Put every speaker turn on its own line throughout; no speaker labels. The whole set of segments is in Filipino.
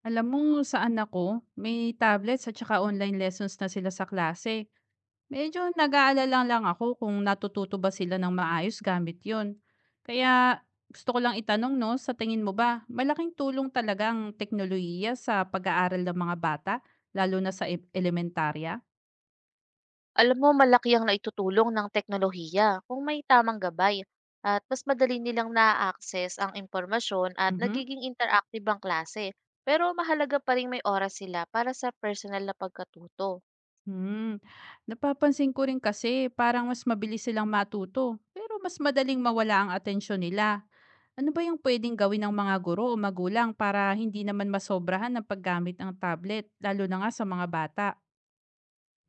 Alam mo saan ako, may tablets at saka online lessons na sila sa klase. Medyo nag-aalala lang ako kung natututo ba sila ng maayos gamit yon. Kaya gusto ko lang itanong no, sa tingin mo ba, malaking tulong talaga ang teknolohiya sa pag-aaral ng mga bata, lalo na sa elementarya?
Alam mo, malaki ang naitutulong ng teknolohiya kung may tamang gabay, at mas madali nilang na-access ang impormasyon at
Mhm.
nagiging interactive ang klase. Pero mahalaga pa rin may oras sila para sa personal na pagkatuto.
Hmm. Napapansin ko rin kasi parang mas mabilis silang matuto, pero mas madaling mawala ang atensyon nila. Ano ba yung pwedeng gawin ng mga guro o magulang para hindi naman masobrahan ng paggamit ng tablet, lalo na nga sa mga bata?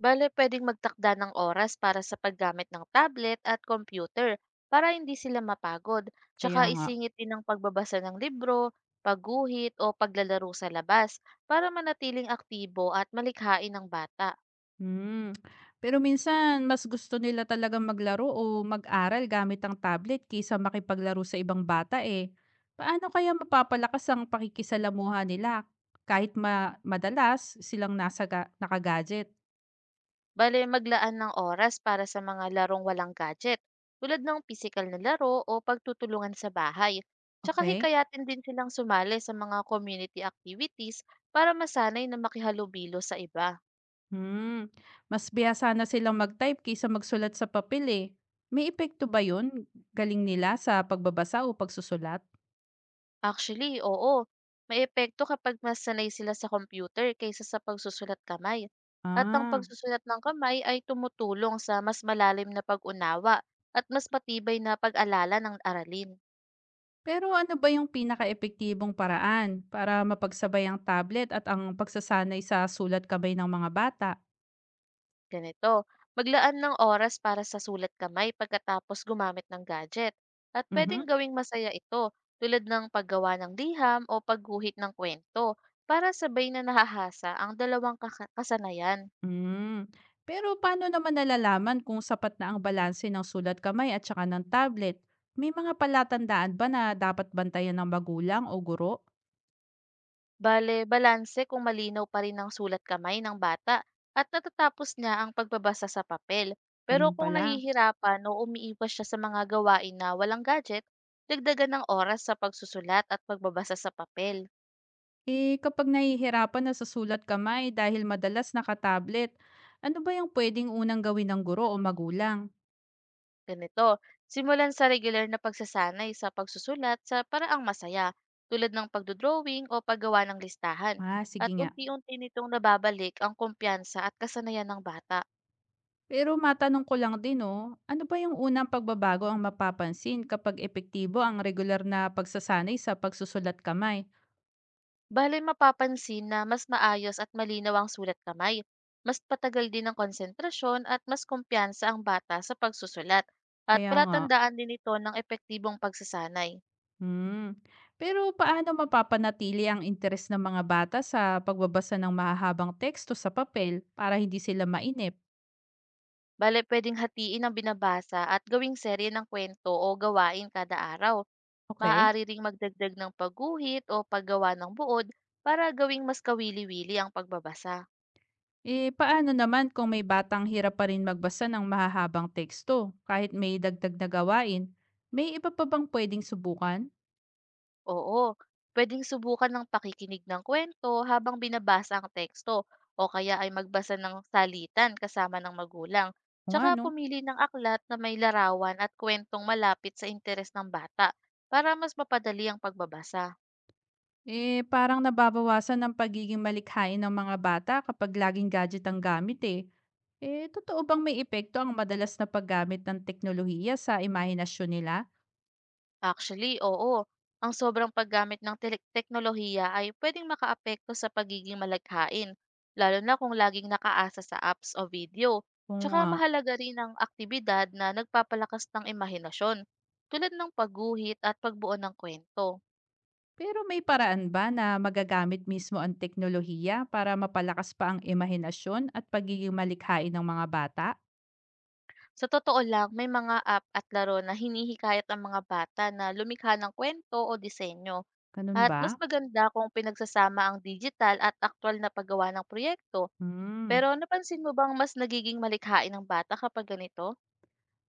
Bale, pwedeng magtakda ng oras para sa paggamit ng tablet at computer para hindi sila mapagod. Tsaka
Kaya nga.
isingit din ang pagbabasa ng libro, pagguhit o paglalaro sa labas para manatiling aktibo at malikhain ng bata.
Hmm. Pero minsan, mas gusto nila talaga maglaro o mag-aral gamit ang tablet kaysa makipaglaro sa ibang bata eh. Paano kaya mapapalakas ang pakikisalamuha nila kahit madalas silang nakagadget?
Bale, maglaan ng oras para sa mga larong walang gadget, tulad ng physical na laro o pagtutulungan sa bahay. Tsaka
Okay?
hikayatin din silang sumali sa mga community activities para masanay na makihalubilo sa iba.
Hmm, mas bihasa na silang mag-type kaysa magsulat sa papel eh. May epekto ba yun? Galing nila sa pagbabasa o pagsusulat?
Actually, oo, may epekto kapag mas sanay sila sa computer kaysa sa pagsusulat kamay. At ang
Ah,
pagsusulat ng kamay ay tumutulong sa mas malalim na pag-unawa at mas patibay na pag-alala ng aralin.
pero ano ba yung pinaka-epektibong paraan para mapagsabay ang tablet at ang pagsasanay sa sulat kamay ng mga bata?
Ganito, maglaan ng oras para sa sulat kamay pagkatapos gumamit ng gadget. At
Mhm.
pwedeng gawing masaya ito, tulad ng paggawa ng liham o pagguhit ng kwento, para sabay na nahahasa ang dalawang kasanayan.
Mm. Pero paano naman nalalaman kung sapat na ang balanse ng sulat kamay at saka ng tablet? May mga palatandaan ba na dapat bantayan ng magulang o guro?
Bale, balanse kung malinaw pa rin ang sulat kamay ng bata at natatapos niya ang pagbabasa sa papel. Pero
Ganun
kung
pala.
nahihirapan o umiiwas siya sa mga gawain na walang gadget, dagdagan ng oras sa pagsusulat at pagbabasa sa papel.
Eh, kapag nahihirapan na sa sulat kamay dahil madalas nakatablet, ano ba yung pwedeng unang gawin ng guro o magulang?
Ganito, simulan sa regular na pagsasanay sa pagsusulat sa paraang masaya, tulad ng pagdodrawing o paggawa ng listahan,
Ah, sige
at
nga.
unti-unti nitong nababalik ang kumpiyansa at kasanayan ng bata.
Pero matanong ko lang din, oh, ano ba yung unang pagbabago ang mapapansin kapag epektibo ang regular na pagsasanay sa pagsusulat kamay?
Bale, mapapansin na mas maayos at malinaw ang sulat kamay, mas patagal din ang konsentrasyon, at mas kumpiyansa ang bata sa pagsusulat, at
Kaya nga,
palatandaan din ito ng epektibong pagsasanay.
hmm. Pero paano mapapanatili ang interes ng mga bata sa pagbabasa ng mahahabang teksto sa papel para hindi sila mainip?
Bale, pwedeng hatiin ang binabasa at gawing serye ng kwento o gawain kada araw.
Okay?
Maaari ring magdagdag ng pagguhit o paggawa ng buod para gawing mas kawili-wili ang pagbabasa.
Eh, paano naman kung may batang hirap pa rin magbasa ng mahahabang teksto kahit may dagdag na gawain? May iba pa bang pwedeng subukan?
Oo, pwedeng subukan ng pakikinig ng kwento habang binabasa ang teksto, o kaya ay magbasa ng salitan kasama ng magulang.
O nga
Tsaka
no?
pumili ng aklat na may larawan at kwentong malapit sa interes ng bata para mas mapadali ang pagbabasa.
Eh, parang nababawasan ng pagiging malikhain ng mga bata kapag laging gadget ang gamit eh. Eh, totoo bang may epekto ang madalas na paggamit ng teknolohiya sa imahinasyon nila?
Actually, oo. Ang sobrang paggamit ng teknolohiya ay pwedeng makaapekto sa pagiging malaghain, lalo na kung laging nakaasa sa apps o video.
Kung,
Tsaka
ah,
mahalaga rin ang aktibidad na nagpapalakas ng imahinasyon, tulad ng pagguhit at pagbuo ng kwento.
pero may paraan ba na magagamit mismo ang teknolohiya para mapalakas pa ang imahinasyon at pagiging malikhain ng mga bata?
Sa totoo lang, may mga app at laro na hinihikayat ang mga bata na lumikha ng kwento o disenyo.
Ganun
At mas
ba?
maganda kung pinagsasama ang digital at aktwal na paggawa ng proyekto.
Hmm.
Pero napansin mo bang mas nagiging malikhain ang bata kapag ganito?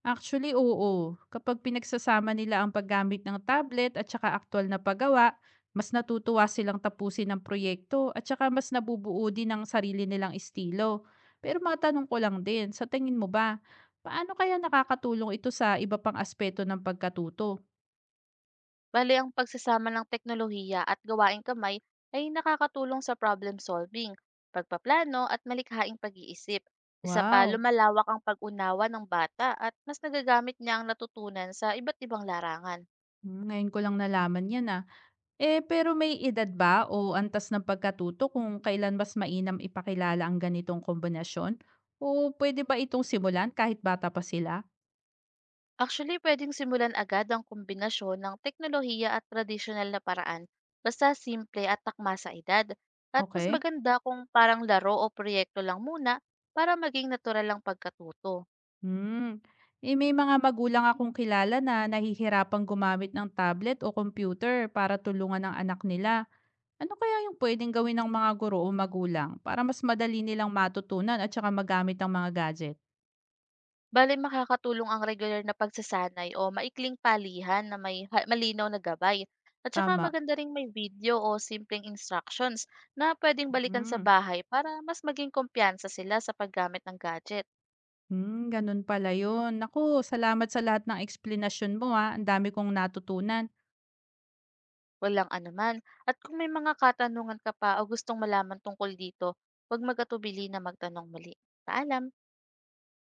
Actually, oo. Kapag pinagsasama nila ang paggamit ng tablet at saka aktual na paggawa, mas natutuwa silang tapusin ang proyekto at saka mas nabubuo din ang sarili nilang estilo. Pero matanong ko lang din, sa tingin mo ba, paano kaya nakakatulong ito sa iba pang aspeto ng pagkatuto?
Bale, ang pagsasama ng teknolohiya at gawaing kamay ay nakakatulong sa problem solving, pagpaplano, at malikhaing pag-iisip. Isa pa,
Wow,
lumalawak ang pag-unawa ng bata at mas nagagamit niya ang natutunan sa iba't ibang larangan.
hmm, ngayon ko lang nalaman yan ah. Eh, pero may edad ba o antas ng pagkatuto kung kailan mas mainam ipakilala ang ganitong kombinasyon? O pwede ba itong simulan kahit bata pa sila?
Actually, pwedeng simulan agad ang kombinasyon ng teknolohiya at tradisyonal na paraan, basta simple at takma sa edad. At mas
Okay?
maganda kung parang laro o proyekto lang muna para maging natural lang pagkatuto.
Hmm. Eh, may mga magulang akong kilala na nahihirapang gumamit ng tablet o computer para tulungan ang anak nila. Ano kaya yung pwedeng gawin ng mga guro o magulang para mas madali nilang matutunan at saka magamit ang mga gadget?
Bale, makakatulong ang regular na pagsasanay o maikling palihan na may malinaw na gabay. At saka
Tama.
maganda ring may video o simpleng instructions na pwedeng balikan sa
Hmm.
bahay para mas maging kumpiyansa sila sa paggamit ng gadget.
Hmm, ganun pala yun. Naku, salamat sa lahat ng explanation mo, ah. Ang dami kong natutunan.
Walang anuman. At kung may mga katanungan ka pa o gustong malaman tungkol dito, huwag magatubili na magtanong muli. Paalam!